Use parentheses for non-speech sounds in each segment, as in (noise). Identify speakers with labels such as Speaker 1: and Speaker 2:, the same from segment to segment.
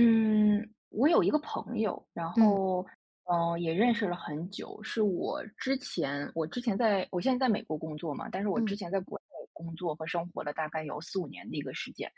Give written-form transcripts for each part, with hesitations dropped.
Speaker 1: 嗯，我有一个朋友，然
Speaker 2: 嗯
Speaker 1: 后，也认识了很久，是我现在在美国工作嘛，但是我
Speaker 2: 嗯
Speaker 1: 之前在国内工作和生活了大概有四五年的一个时间，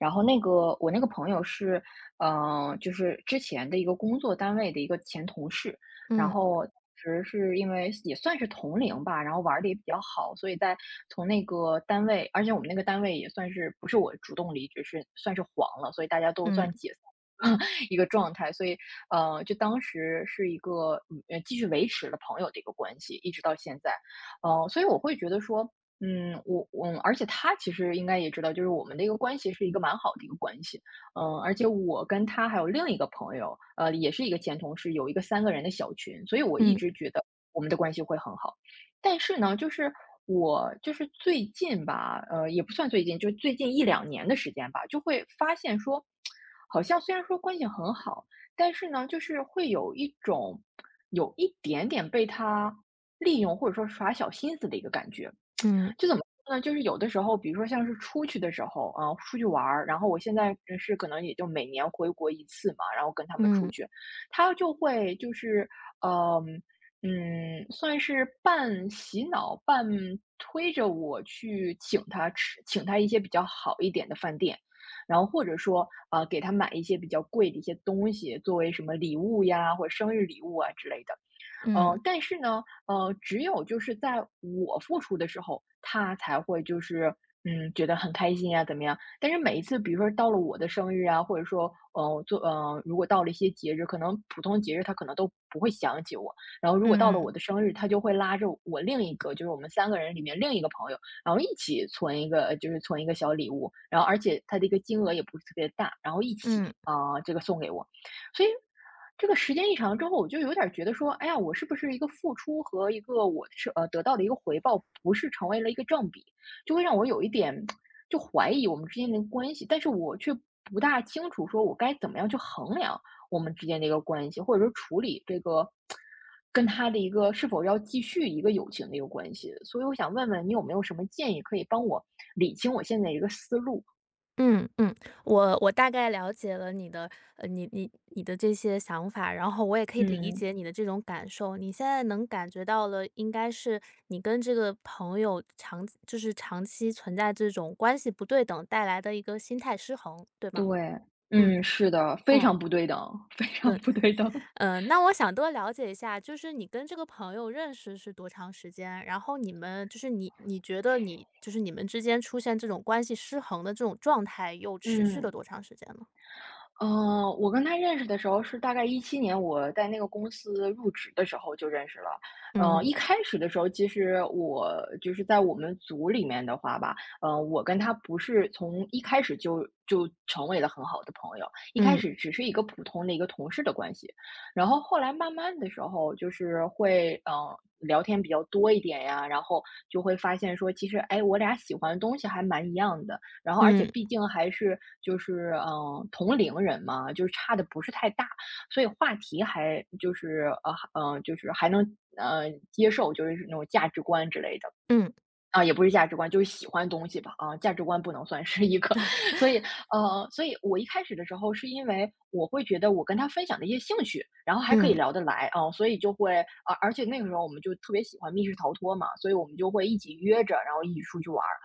Speaker 1: 然后我那个朋友是，就是之前的一个工作单位的一个前同事，然
Speaker 2: 嗯
Speaker 1: 后当时是因为也算是同龄吧，然后玩的也比较好，所以从那个单位，而且我们那个单位也算是不是我主动离职，是算是黄了，所以大家都
Speaker 2: 嗯
Speaker 1: 算解 (laughs) 一个状态，所以，就当时是一个嗯呃继续维持了朋友的一个关系，一直到现在，所以我会觉得说，嗯，我我，而且他其实应该也知道，就是我们的一个关系是一个蛮好的一个关系，而且我跟他还有另一个朋友，也是一个前同事，有一个三个人的小群，所以我一
Speaker 2: 嗯
Speaker 1: 直觉得我们的关系会很好。但是呢，就是我就是最近吧，也不算最近，就最近一两年的时间吧，就会发现说，好像虽然说关系很好，但是呢，就是会有一点点被他利用，或者说耍小心思的一个感觉。
Speaker 2: 嗯
Speaker 1: 就怎么说呢？就是有的时候，比如说像是出去的时候，啊，出去玩儿，然后我现在可能也就每年回国一次嘛，然后跟他们出
Speaker 2: 嗯
Speaker 1: 去，他就会就是，呃，算是半洗脑、半推着我去请他吃，请他一些比较好一点的饭店，然后或者说，给他买一些比较贵的一些东西作为什么礼物呀，或者生日礼物啊之类的。
Speaker 2: 嗯
Speaker 1: 但是呢，只有就是在我付出的时候，他才会就是，觉得很开心啊，怎么样？但是每一次，比如说到了我的生日啊，或者说，如果到了一些节日，可能普通节日他可能都不会想起我。然后如果到了我
Speaker 2: 嗯
Speaker 1: 的生日，他就会拉着我另一个，就是我们三个人里面另一个朋友，然后一起存一个，就是存一个小礼物，然后而且他的一个金额也不是特别大，然后一起
Speaker 2: 嗯
Speaker 1: 啊，这个送给我。所以这个时间一长之后，我就有点儿觉得说，哎呀，我是不是一个付出和一个得到的一个回报，不是成为了一个正比，就会让我有一点就怀疑我们之间的关系，但是我却不大清楚说我该怎么样去衡量我们之间的一个关系，或者说处理这个跟他的一个是否要继续一个友情的一个关系。所以我想问问你有没有什么建议可以帮我理清我现在一个思路？
Speaker 2: 嗯嗯，我大概了解了你的，你的这些想法，然后我也可以理
Speaker 1: 嗯
Speaker 2: 解你的这种感受。你现在能感觉到了，应该是你跟这个朋友就是长期存在这种关系不对等带来的一个心态失衡，对吗？
Speaker 1: 对，
Speaker 2: 嗯
Speaker 1: 嗯，是的，非
Speaker 2: 嗯。
Speaker 1: 常不对等，非常不对等。
Speaker 2: 嗯，那我想多了解一下，就是你跟这个朋友认识是多长时间？然后你们就是你觉得就是你们之间出现这种关系失衡的这种状态，又持续了
Speaker 1: 嗯，
Speaker 2: 多长时间呢？
Speaker 1: 嗯，我跟他认识的时候是大概17年，我在那个公司入职的时候就认识了。
Speaker 2: 嗯
Speaker 1: 一开始的时候，其实我就是在我们组里面的话吧，我跟他不是从一开始就成为了很好的朋友，一开
Speaker 2: 嗯
Speaker 1: 始只是一个普通的一个同事的关系。然后后来慢慢的时候，就是会聊天比较多一点呀，然后就会发现说，其实哎，我俩喜欢的东西还蛮一样的。然后而且
Speaker 2: 嗯
Speaker 1: 毕竟还是就是同龄人嘛，就是差的不是太大，所以话题还就是就是还能接受，就是那种价值观之类的。
Speaker 2: 嗯
Speaker 1: 啊，也不是价值观，就是喜欢东西吧，啊，价值观不能算是一个。(laughs) 所以，所以我一开始的时候是因为我会觉得我跟他分享的一些兴趣，然后还可以
Speaker 2: 嗯
Speaker 1: 聊得来，啊，所以就会啊，而且那个时候我们就特别喜欢密室逃脱嘛，所以我们就会一起约着，然后一起出去玩儿。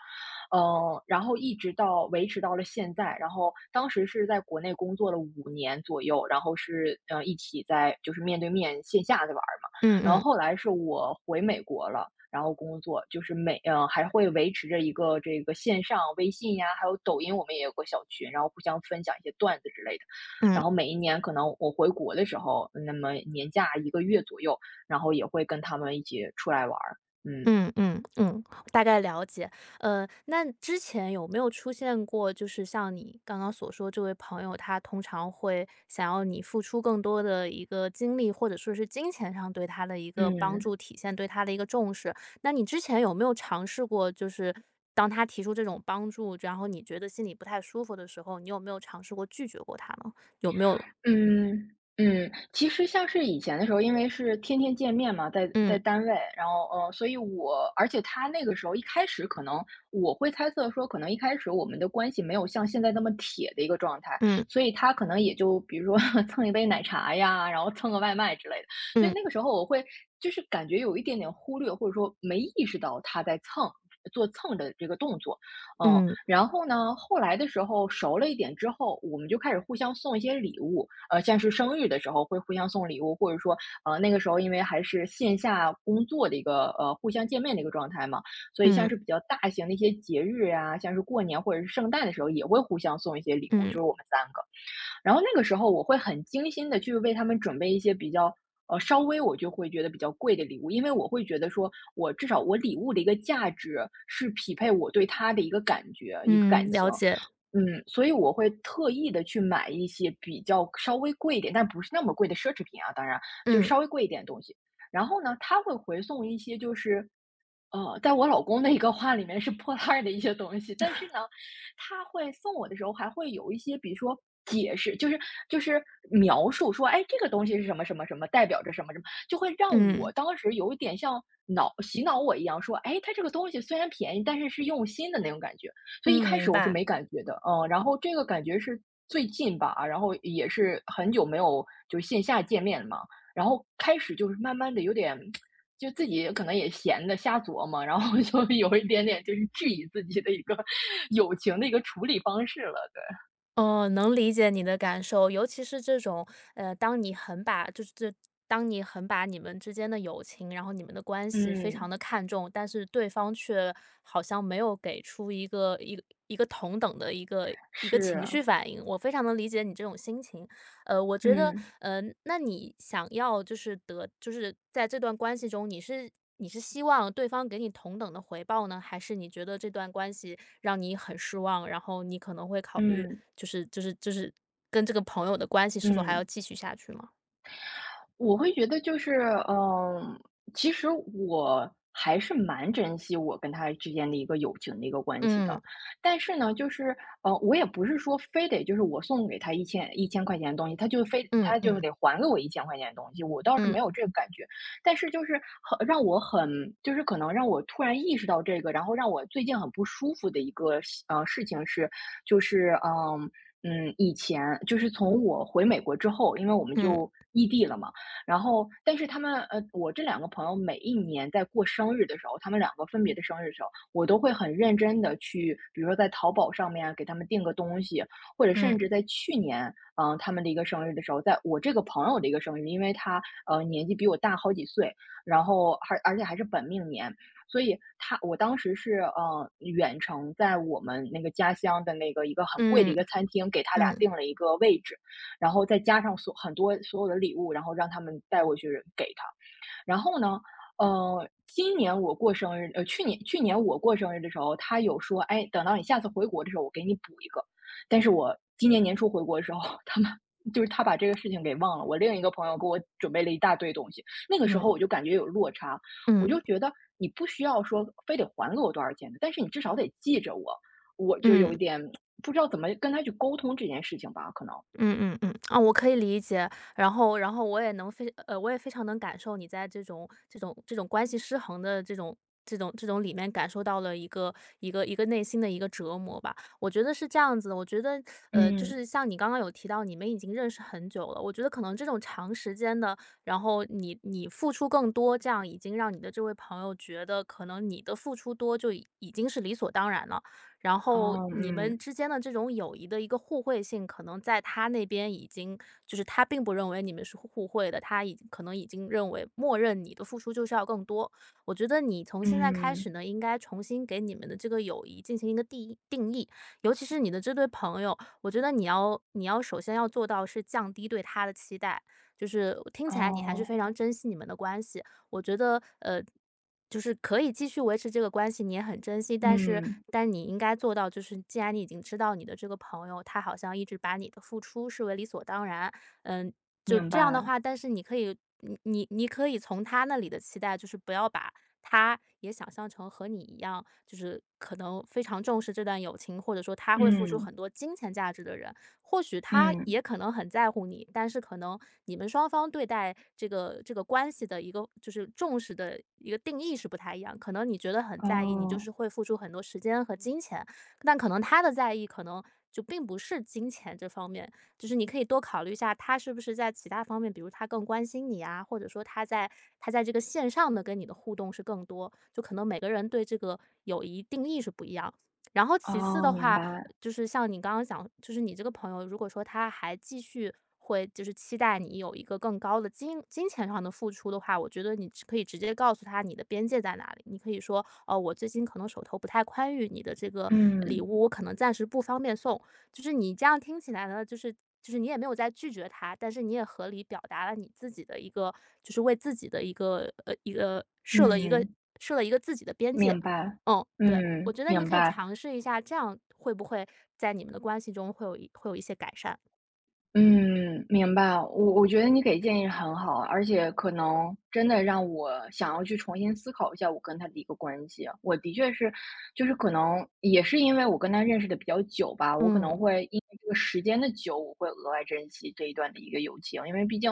Speaker 1: 然后一直到维持到了现在，然后当时是在国内工作了五年左右，然后是，一起在就是面对面线下的玩儿嘛。
Speaker 2: 嗯嗯
Speaker 1: 然后
Speaker 2: 嗯
Speaker 1: 后来是我回美国了，然后工作，就是还会维持着一个这个线上微信呀，还有抖音，我们也有个小群，然后互相分享一些段子之类的。
Speaker 2: 嗯。
Speaker 1: 然后每一年可能我回国的时候，那么年假1个月左右，然后也会跟他们一起出来玩儿。嗯
Speaker 2: 嗯嗯嗯，大概了解。那之前有没有出现过，就是像你刚刚所说，这位朋友他通常会想要你付出更多的一个精力，或者说是金钱上对他的一个帮
Speaker 1: 嗯，
Speaker 2: 助体现，对他的一个重视。那你之前有没有尝试过，就是当他提出这种帮助，然后你觉得心里不太舒服的时候，你有没有尝试过拒绝过他呢？有没有？
Speaker 1: 嗯嗯，其实像是以前的时候，因为是天天见面嘛，在
Speaker 2: 嗯
Speaker 1: 单位，然后所以我而且他那个时候一开始可能我会猜测说，可能一开始我们的关系没有像现在那么铁的一个状态，
Speaker 2: 嗯
Speaker 1: 所以他可能也就比如说 (laughs) 蹭一杯奶茶呀，然后蹭个外卖之类的，所以
Speaker 2: 嗯
Speaker 1: 那个时候我会就是感觉有一点点忽略，或者说没意识到他在蹭。做蹭的这个动作，嗯，
Speaker 2: 嗯
Speaker 1: 然后呢，后来的时候熟了一点之后，我们就开始互相送一些礼物，像是生日的时候会互相送礼物，或者说，那个时候因为还是线下工作的一个互相见面的一个状态嘛，所以像
Speaker 2: 嗯
Speaker 1: 是比较大型的一些节日呀，像是过年或者是圣诞的时候，也会互相送一些礼物，
Speaker 2: 嗯
Speaker 1: 就是我们三个。然后那个时候我会很精心的去为他们准备一些稍微我就会觉得比较贵的礼物，因为我会觉得说，我至少我礼物的一个价值是匹配我对他的一个感觉、一个感
Speaker 2: 嗯，了
Speaker 1: 情。
Speaker 2: 解。
Speaker 1: 所以我会特意的去买一些比较稍微贵一点，但不是那么贵的奢侈品啊，当然，就是
Speaker 2: 嗯
Speaker 1: 稍微贵一点的东西。然后呢，他会回送一些就是在我老公的一个话里面是破烂儿的一些东西，但是呢，他会送我的时候还会有一些，比如说解释，就是描述说，哎，这个东西是什么什么什么，代表着什么什么，就会让我
Speaker 2: 嗯。
Speaker 1: 当时有一点像洗脑我一样，说，哎，它这个东西虽然便宜，但是是用心的那种感觉。所以一
Speaker 2: 嗯，
Speaker 1: 开
Speaker 2: 明
Speaker 1: 始我是
Speaker 2: 白。
Speaker 1: 没感觉的，然后这个感觉是最近吧，然后也是很久没有就是线下见面了嘛，然后开始就是慢慢的有点。就自己可能也闲的瞎琢磨，然后 (laughs) 就有一点点就是质疑自己的一个 (laughs) 友情的一个处理方式了，对。
Speaker 2: 哦，能理解你的感受，尤其是这种，呃，当你很把就是这当你很把你们之间的友情，然后你们的关系非常的
Speaker 1: 嗯，
Speaker 2: 看重，但是对方却好像没有给出一个同等的一个情
Speaker 1: 是，
Speaker 2: 绪反应，我非常能理解你这种心情。我觉得，
Speaker 1: 嗯，
Speaker 2: 那你想要就是得就是在这段关系中，你是希望对方给你同等的回报呢，还是你觉得这段关系让你很失望，然后你可能会考虑
Speaker 1: 嗯，
Speaker 2: 就是跟这个朋友的关系是否还要
Speaker 1: 嗯。
Speaker 2: 继续下去吗？
Speaker 1: 我会觉得就是，嗯，其实我还是蛮珍惜我跟他之间的一个友情的一个关系的，
Speaker 2: 嗯
Speaker 1: 但是呢，就是，我也不是说非得就是我送给他一千块钱的东西，他就非
Speaker 2: 嗯
Speaker 1: 他就
Speaker 2: 嗯
Speaker 1: 得还给我一千块钱的东西，我倒是没
Speaker 2: 嗯
Speaker 1: 有这个感觉，但是就是很让我很就是可能让我突然意识到这个，然后让我最近很不舒服的一个事情是，就是。以前就是从我回美国之后，因为我们
Speaker 2: 嗯
Speaker 1: 就异地了嘛，然后，但是我这两个朋友每一年在过生日的时候，他们两个分别的生日的时候，我都会很认真的去，比如说在淘宝上面啊给他们订个东西，或者甚至
Speaker 2: 嗯
Speaker 1: 在去年，他们的一个生日的时候，在我这个朋友的一个生日，因为他年纪比我大好几岁，然后还而且还是本命年，所以我当时是远程在我们那个家乡的那个一个很贵的
Speaker 2: 嗯
Speaker 1: 一个餐厅给他俩
Speaker 2: 嗯
Speaker 1: 订了一个位置。然后再加上所很多所有的礼物，然后让他们带过去给他。然后呢，今年我过生日，去年我过生日的时候，他有说，哎，等到你下次回国的时候，我给你补一个。但是我今年年初回国的时候，(laughs) 他们就是他把这个事情给忘了。我另一个朋友给我准备了一大堆东西，那个时候
Speaker 2: 嗯
Speaker 1: 我就感觉有落差，我
Speaker 2: 嗯
Speaker 1: 就觉得你不需要说非得还给我多少钱的，但是你至少得记着我，我就有
Speaker 2: 嗯。
Speaker 1: 一点不知道怎么跟他去沟通这件事情吧，可能，
Speaker 2: 嗯嗯嗯，啊，我可以理解，然后我也非常能感受你在这种关系失衡的这种里面感受到了一个内心的一个折磨吧。我觉得是这样子的，我觉得就
Speaker 1: 嗯
Speaker 2: 是像你刚刚有提到，你们已经认识很久了，我觉得可能这种长时间的，然后你付出更多，这样已经让你的这位朋友觉得可能你的付出多就已经是理所当然了。然后
Speaker 1: 哦，
Speaker 2: 你们
Speaker 1: 嗯，
Speaker 2: 之间的这种友谊的一个互惠性，可能在他那边已经就是他并不认为你们是互惠的，他可能已经认为默认你的付出就是要更多。我觉得你从现在开始
Speaker 1: 嗯，
Speaker 2: 呢，应该重新给你们的这个友谊进行一个定义，尤其是你的这对朋友，我觉得你要首先要做到是降低对他的期待，就是听起来你还是
Speaker 1: 哦，
Speaker 2: 非常珍惜你们的关系。我觉得就是可以继续维持这个关系，你也很珍惜，但是
Speaker 1: 嗯，
Speaker 2: 但你应该做到，就是既然你已经知道你的这个朋友，他好像一直把你的付出视为理所当然，嗯，就
Speaker 1: 明
Speaker 2: 这样的
Speaker 1: 白，
Speaker 2: 话，但是你可以，你你你可以从他那里的期待，就是不要把他也想象成和你一样，就是可能非常重视这段友情，或者说他会付出很
Speaker 1: 嗯，
Speaker 2: 多金钱价值的人，或许他也
Speaker 1: 嗯，
Speaker 2: 可能很在乎你，但是可能你们双方对待这个关系的一个就是重视的一个定义是不太一样。可能你觉得很在意，你就
Speaker 1: 哦，
Speaker 2: 是会付出很多时间和金钱，但可能他的在意可能就并不是金钱这方面，就是你可以多考虑一下，他是不是在其他方面，比如他更关心你啊，或者说他在这个线上的跟你的互动是更多，就可能每个人对这个友谊定义是不一样。然后其次
Speaker 1: 哦，
Speaker 2: 的
Speaker 1: 明
Speaker 2: 话，
Speaker 1: 白，
Speaker 2: 就是像你刚刚讲，就是你这个朋友，如果说他还继续会就是期待你有一个更高的金钱上的付出的话，我觉得你只可以直接告诉他你的边界在哪里。你可以说，我最近可能手头不太宽裕，你的这个礼
Speaker 1: 嗯，
Speaker 2: 物我可能暂时不方便送。就是你这样听起来呢，就是你也没有在拒绝他，但是你也合理表达了你自己的一个，就是为自己的一个
Speaker 1: 嗯，
Speaker 2: 设了一个自己的边界。
Speaker 1: 明白，
Speaker 2: 嗯，对，我
Speaker 1: 嗯，
Speaker 2: 觉得你
Speaker 1: 明
Speaker 2: 可以
Speaker 1: 白。
Speaker 2: 尝试一下，这样会不会在你们的关系中会有一些改善？
Speaker 1: 嗯，明白。我觉得你给建议很好，而且可能真的让我想要去重新思考一下我跟他的一个关系啊。我的确是，就是可能也是因为我跟他认识的比较久吧，我可能
Speaker 2: 嗯，
Speaker 1: 会因为这个时间的久，我会额外珍惜这一段的一个友情，因为毕竟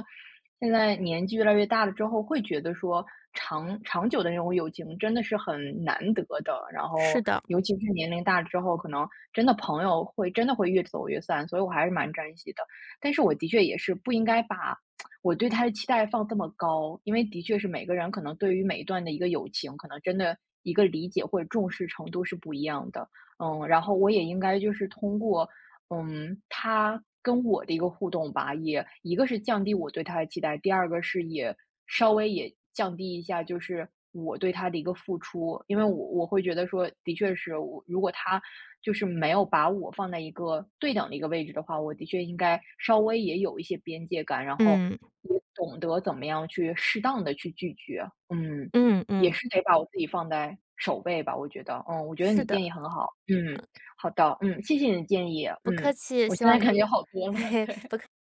Speaker 1: 现在年纪越来越大了之后，会觉得说长长久的那种友情真的是很难得的。然
Speaker 2: 是
Speaker 1: 后，
Speaker 2: 的，
Speaker 1: 尤其是年龄大了之后，可能真的朋友会真的会越走越散，所以我还是蛮珍惜的。但是我的确也是不应该把我对他的期待放这么高，因为的确是每个人可能对于每一段的一个友情，可能真的一个理解或者重视程度是不一样的。嗯，然后我也应该就是通过，嗯，他跟我的一个互动吧，也一个是降低我对他的期待，第二个是也稍微也降低一下，就是我对他的一个付出，因为我会觉得说，的确是我如果他就是没有把我放在一个对等的一个位置的话，我的确应该稍微也有一些边界感，然后
Speaker 2: 嗯，
Speaker 1: 也懂得怎么样去适当的去拒绝。嗯，
Speaker 2: 嗯
Speaker 1: 也
Speaker 2: 嗯，
Speaker 1: 是得把我自己放在首位吧，我觉得。嗯，我觉得
Speaker 2: 是
Speaker 1: 你
Speaker 2: 的，
Speaker 1: 建议很好。嗯，好的，嗯，谢谢你的建议，
Speaker 2: 不客
Speaker 1: 嗯，
Speaker 2: 气，
Speaker 1: 我
Speaker 2: 希
Speaker 1: 现
Speaker 2: 望
Speaker 1: 在
Speaker 2: 可
Speaker 1: 感
Speaker 2: 以
Speaker 1: 觉好多了，
Speaker 2: (laughs)
Speaker 1: 对。